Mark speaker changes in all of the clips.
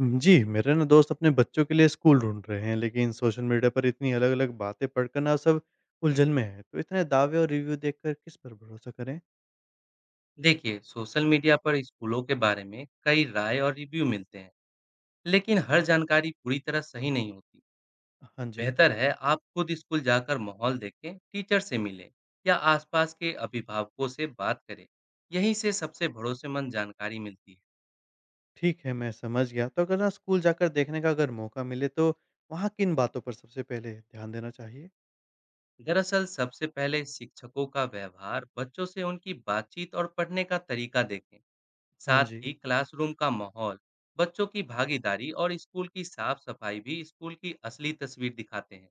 Speaker 1: जी, मेरे ना दोस्त अपने बच्चों के लिए स्कूल ढूँढ रहे हैं, लेकिन सोशल मीडिया पर इतनी अलग-अलग बातें पढ़कर ना सब उलझन में है। तो इतने दावे और रिव्यू देखकर किस पर भरोसा करें?
Speaker 2: देखिए, सोशल मीडिया पर स्कूलों के बारे में कई राय और रिव्यू मिलते हैं, लेकिन हर जानकारी पूरी तरह सही नहीं होती।
Speaker 1: हाँ जी,
Speaker 2: बेहतर है आप खुद स्कूल जाकर माहौल देखें, टीचर से मिलें या आसपास के अभिभावकों से बात करें। यहीं से सबसे भरोसेमंद जानकारी मिलती है।
Speaker 1: ठीक है, मैं समझ गया। तो अगर ना स्कूल जाकर देखने का अगर मौका मिले, तो वहाँ किन बातों पर सबसे पहले ध्यान देना चाहिए?
Speaker 2: दरअसल सबसे पहले शिक्षकों का व्यवहार, बच्चों से उनकी बातचीत और पढ़ने का तरीका देखें।
Speaker 1: हाँ
Speaker 2: साथ
Speaker 1: जी,
Speaker 2: ही क्लासरूम का माहौल, बच्चों की भागीदारी और स्कूल की साफ सफाई भी स्कूल की असली तस्वीर दिखाते हैं।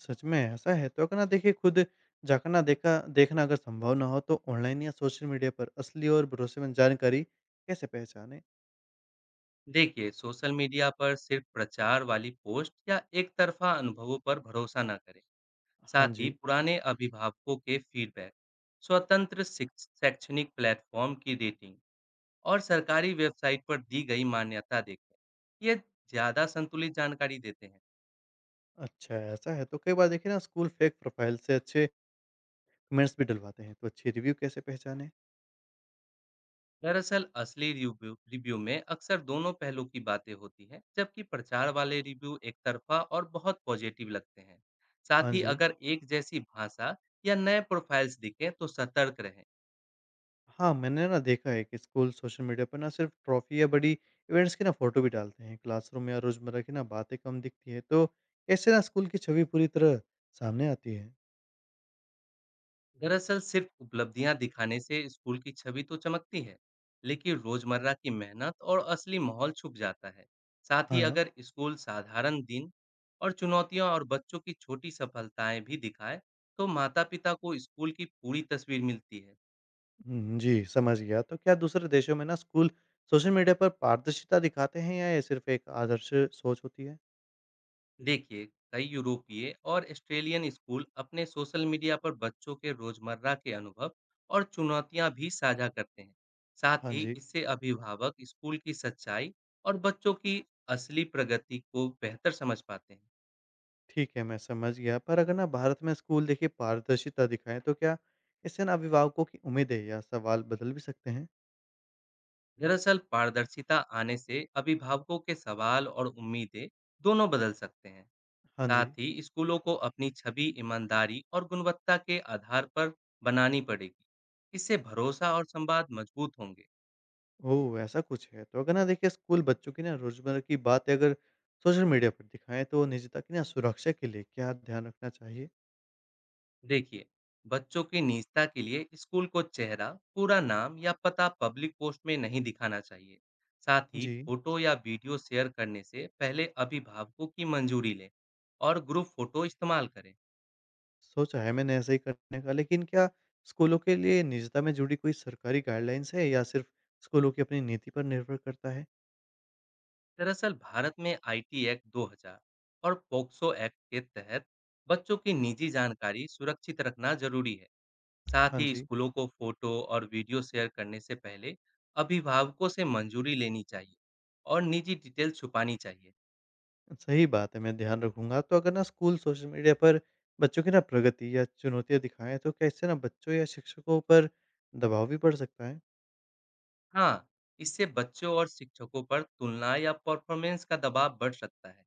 Speaker 1: सच में ऐसा है। तो अगर ना देखिए खुद जाकर ना देखा देखना अगर संभव ना हो, तो ऑनलाइन या सोशल मीडिया पर असली और भरोसेमंद जानकारी कैसे पहचानें?
Speaker 2: देखिए, सोशल मीडिया पर सिर्फ प्रचार वाली पोस्ट या एक तरफा अनुभवों पर भरोसा न करें।
Speaker 1: हाँ
Speaker 2: साथ ही
Speaker 1: जी।
Speaker 2: पुराने अभिभावकों के फीडबैक, स्वतंत्र शैक्षणिक प्लेटफॉर्म की रेटिंग और सरकारी वेबसाइट पर दी गई मान्यता देखें। ये ज़्यादा संतुलित जानकारी देते हैं।
Speaker 1: अच्छा, ऐसा है। तो कई बार देखिए ना स्कूल फेक प्रोफाइल से अच्छे कमेंट्स भी डलवाते हैं, तो अच्छे रिव्यू कैसे पहचानें?
Speaker 2: दरअसल असली रिव्यू रिव्यू में अक्सर दोनों पहलू की बातें होती है, जबकि प्रचार वाले रिव्यू एक तरफा और बहुत पॉजिटिव लगते हैं। साथ
Speaker 1: हाँ
Speaker 2: ही
Speaker 1: जी।
Speaker 2: अगर एक जैसी भाषा या नए प्रोफाइल्स दिखें तो सतर्क रहें।
Speaker 1: हाँ, मैंने ना देखा है कि स्कूल सोशल मीडिया पर ना सिर्फ ट्रॉफी या बड़ी इवेंट्स की ना फ़ोटो भी डालते हैं। क्लासरूम या रोज़मर्रा की ना बातें कम दिखती है, तो कैसे ना स्कूल की छवि पूरी तरह सामने आती है?
Speaker 2: दरअसल सिर्फ उपलब्धियां दिखाने से स्कूल की छवि तो चमकती है, लेकिन रोजमर्रा की मेहनत और असली माहौल छुप जाता है। साथ ही
Speaker 1: हाँ,
Speaker 2: अगर स्कूल साधारण दिन और चुनौतियां और बच्चों की छोटी सफलताएं भी दिखाए, तो माता पिता को स्कूल की पूरी तस्वीर मिलती है।
Speaker 1: जी, समझ गया। तो क्या दूसरे देशों में ना स्कूल सोशल मीडिया पर पारदर्शिता दिखाते हैं या ये सिर्फ एक आदर्श सोच होती है?
Speaker 2: देखिए, कई यूरोपीय और ऑस्ट्रेलियन स्कूल अपने सोशल मीडिया पर बच्चों के रोजमर्रा के अनुभव और चुनौतियां भी साझा करते हैं। साथ
Speaker 1: हाँ
Speaker 2: ही
Speaker 1: जी।
Speaker 2: इससे अभिभावक स्कूल की सच्चाई और बच्चों की असली प्रगति को बेहतर समझ पाते हैं।
Speaker 1: ठीक है, मैं समझ गया। पर अगर ना भारत में स्कूल देखिए पारदर्शिता दिखाएँ तो क्या इससे ना अभिभावकों की उम्मीदें या सवाल बदल भी सकते हैं?
Speaker 2: दरअसल पारदर्शिता आने से अभिभावकों के सवाल और उम्मीदें दोनों बदल सकते हैं।
Speaker 1: हाँ जी।
Speaker 2: साथ ही स्कूलों को अपनी छवि ईमानदारी और गुणवत्ता के आधार पर बनानी पड़ेगी। इससे भरोसा और संवाद मजबूत होंगे।
Speaker 1: ओह! ऐसा कुछ है। तो अगर ना देखिए स्कूल बच्चों की ना रोज़मर्रा की बातें अगर सोशल मीडिया पर दिखाएँ तो निजता की ना सुरक्षा के लिए क्या ध्यान रखना चाहिए?
Speaker 2: देखिए, बच्चों की निजता के लिए स्कूल को चेहरा, पूरा नाम या पता पब्लिक पोस्ट में नहीं दिखाना चाहिए। साथ ही
Speaker 1: जी।
Speaker 2: फोटो या वीडियो शेयर करने से पहले अभिभावकों की मंजूरी लें और ग्रुप फोटो इस्तेमाल करें।
Speaker 1: सोचा है मैंने ऐसा ही करने का, लेकिन क्या स्कूलों के लिए निजता में जुड़ी कोई सरकारी गाइडलाइंस है या सिर्फ़ स्कूलों की अपनी नीति पर निर्भर करता है?
Speaker 2: दरअसल भारत में आईटी एक्ट 2000 और पोक्सो एक्ट के तहत बच्चों की निजी जानकारी सुरक्षित रखना जरूरी है। साथ
Speaker 1: हाँ
Speaker 2: ही
Speaker 1: जी।
Speaker 2: स्कूलों को फोटो और वीडियो शेयर करने से पहले अभिभावकों से मंजूरी लेनी चाहिए और निजी डिटेल छुपानी चाहिए।
Speaker 1: सही बात है, मैं ध्यान रखूँगा। तो अगर ना स्कूल सोशल मीडिया पर बच्चों की ना प्रगति या चुनौतियाँ दिखाएँ, तो क्या इससे ना बच्चों या शिक्षकों पर दबाव भी पड़ सकता है?
Speaker 2: हाँ, इससे बच्चों और शिक्षकों पर तुलना या परफॉर्मेंस का दबाव बढ़ सकता है।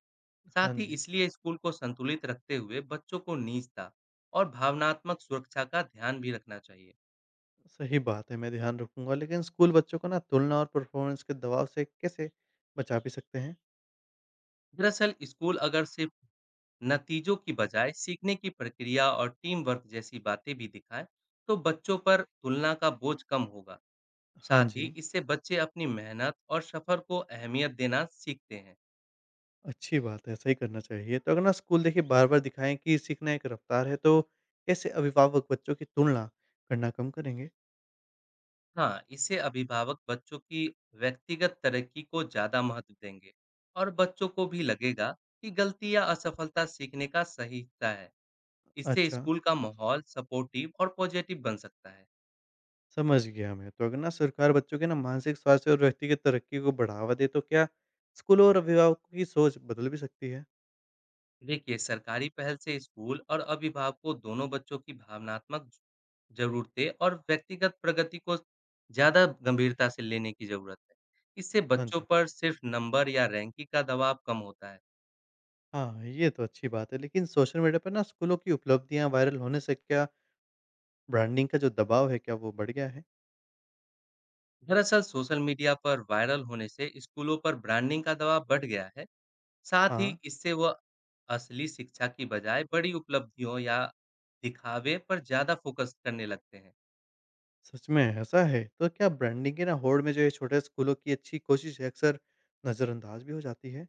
Speaker 1: हाँ
Speaker 2: साथ ही
Speaker 1: जी,
Speaker 2: इसलिए स्कूल को संतुलित रखते हुए बच्चों को निजता और भावनात्मक सुरक्षा का ध्यान भी रखना चाहिए।
Speaker 1: सही बात है, मैं ध्यान रखूँगा। लेकिन स्कूल बच्चों को ना तुलना और परफॉर्मेंस के दबाव से कैसे बचा भी सकते हैं?
Speaker 2: दरअसल स्कूल अगर सिर्फ नतीजों की बजाय सीखने की प्रक्रिया और टीम वर्क जैसी बातें भी दिखाए, तो बच्चों पर तुलना का बोझ कम होगा।
Speaker 1: हाँ
Speaker 2: साथ ही
Speaker 1: जी,
Speaker 2: इससे बच्चे अपनी मेहनत और सफर को अहमियत देना सीखते हैं।
Speaker 1: अच्छी बात है, ऐसा ही करना चाहिए। तो अगर ना स्कूल देखिए बार-बार दिखाएँ कि सीखना एक रफ्तार है, तो कैसे अभिभावक बच्चों की तुलना करना कम करेंगे?
Speaker 2: हाँ, इससे अभिभावक बच्चों की व्यक्तिगत तरक्की को ज़्यादा महत्व देंगे और बच्चों को भी लगेगा कि गलती या असफलता सीखने का सही हिस्सा है। इससे
Speaker 1: अच्छा।
Speaker 2: स्कूल का माहौल सपोर्टिव और पॉजिटिव बन सकता है।
Speaker 1: समझ गया मैं। तो अगर ना सरकार बच्चों के ना मानसिक स्वास्थ्य और व्यक्तिगत तरक्की को बढ़ावा दे तो क्या स्कूलों और अभिभावकों की सोच बदल भी सकती है?
Speaker 2: देखिए, सरकारी पहल से स्कूल और अभिभावकों दोनों बच्चों की भावनात्मक ज़रूरतें और व्यक्तिगत प्रगति को ज़्यादा गंभीरता से लेने की ज़रूरत है। इससे
Speaker 1: हाँ
Speaker 2: बच्चों
Speaker 1: जी।
Speaker 2: पर सिर्फ नंबर या रैंकिंग का दबाव कम होता है।
Speaker 1: हाँ, ये तो अच्छी बात है। लेकिन सोशल मीडिया पर ना स्कूलों की उपलब्धियाँ वायरल होने से क्या ब्रांडिंग का जो दबाव है क्या वो बढ़ गया है?
Speaker 2: दरअसल सोशल मीडिया पर वायरल होने से स्कूलों पर ब्रांडिंग का दबाव बढ़ गया है। साथ ही
Speaker 1: हाँ,
Speaker 2: इससे वह असली शिक्षा की बजाय बड़ी उपलब्धियों या दिखावे पर ज्यादा फोकस करने लगते हैं।
Speaker 1: सच में ऐसा है। तो क्या ब्रांडिंग के ना होड़ में जो ये छोटे स्कूलों की अच्छी कोशिश है अक्सर नज़रअंदाज भी हो जाती है?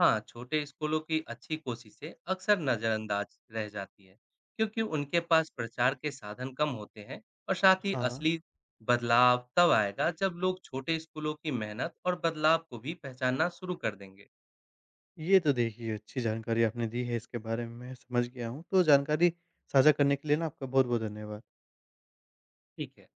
Speaker 2: हाँ, छोटे स्कूलों की अच्छी कोशिशें अक्सर नजरअंदाज रह जाती है, क्योंकि उनके पास प्रचार के साधन कम होते हैं। और साथ ही
Speaker 1: हाँ,
Speaker 2: असली बदलाव तब आएगा जब लोग छोटे स्कूलों की मेहनत और बदलाव को भी पहचानना शुरू कर देंगे।
Speaker 1: ये तो देखिए अच्छी जानकारी आपने दी है इसके बारे में मैं समझ गया हूँ। तो जानकारी साझा करने के लिए ना आपका बहुत-बहुत धन्यवाद।
Speaker 2: ठीक है।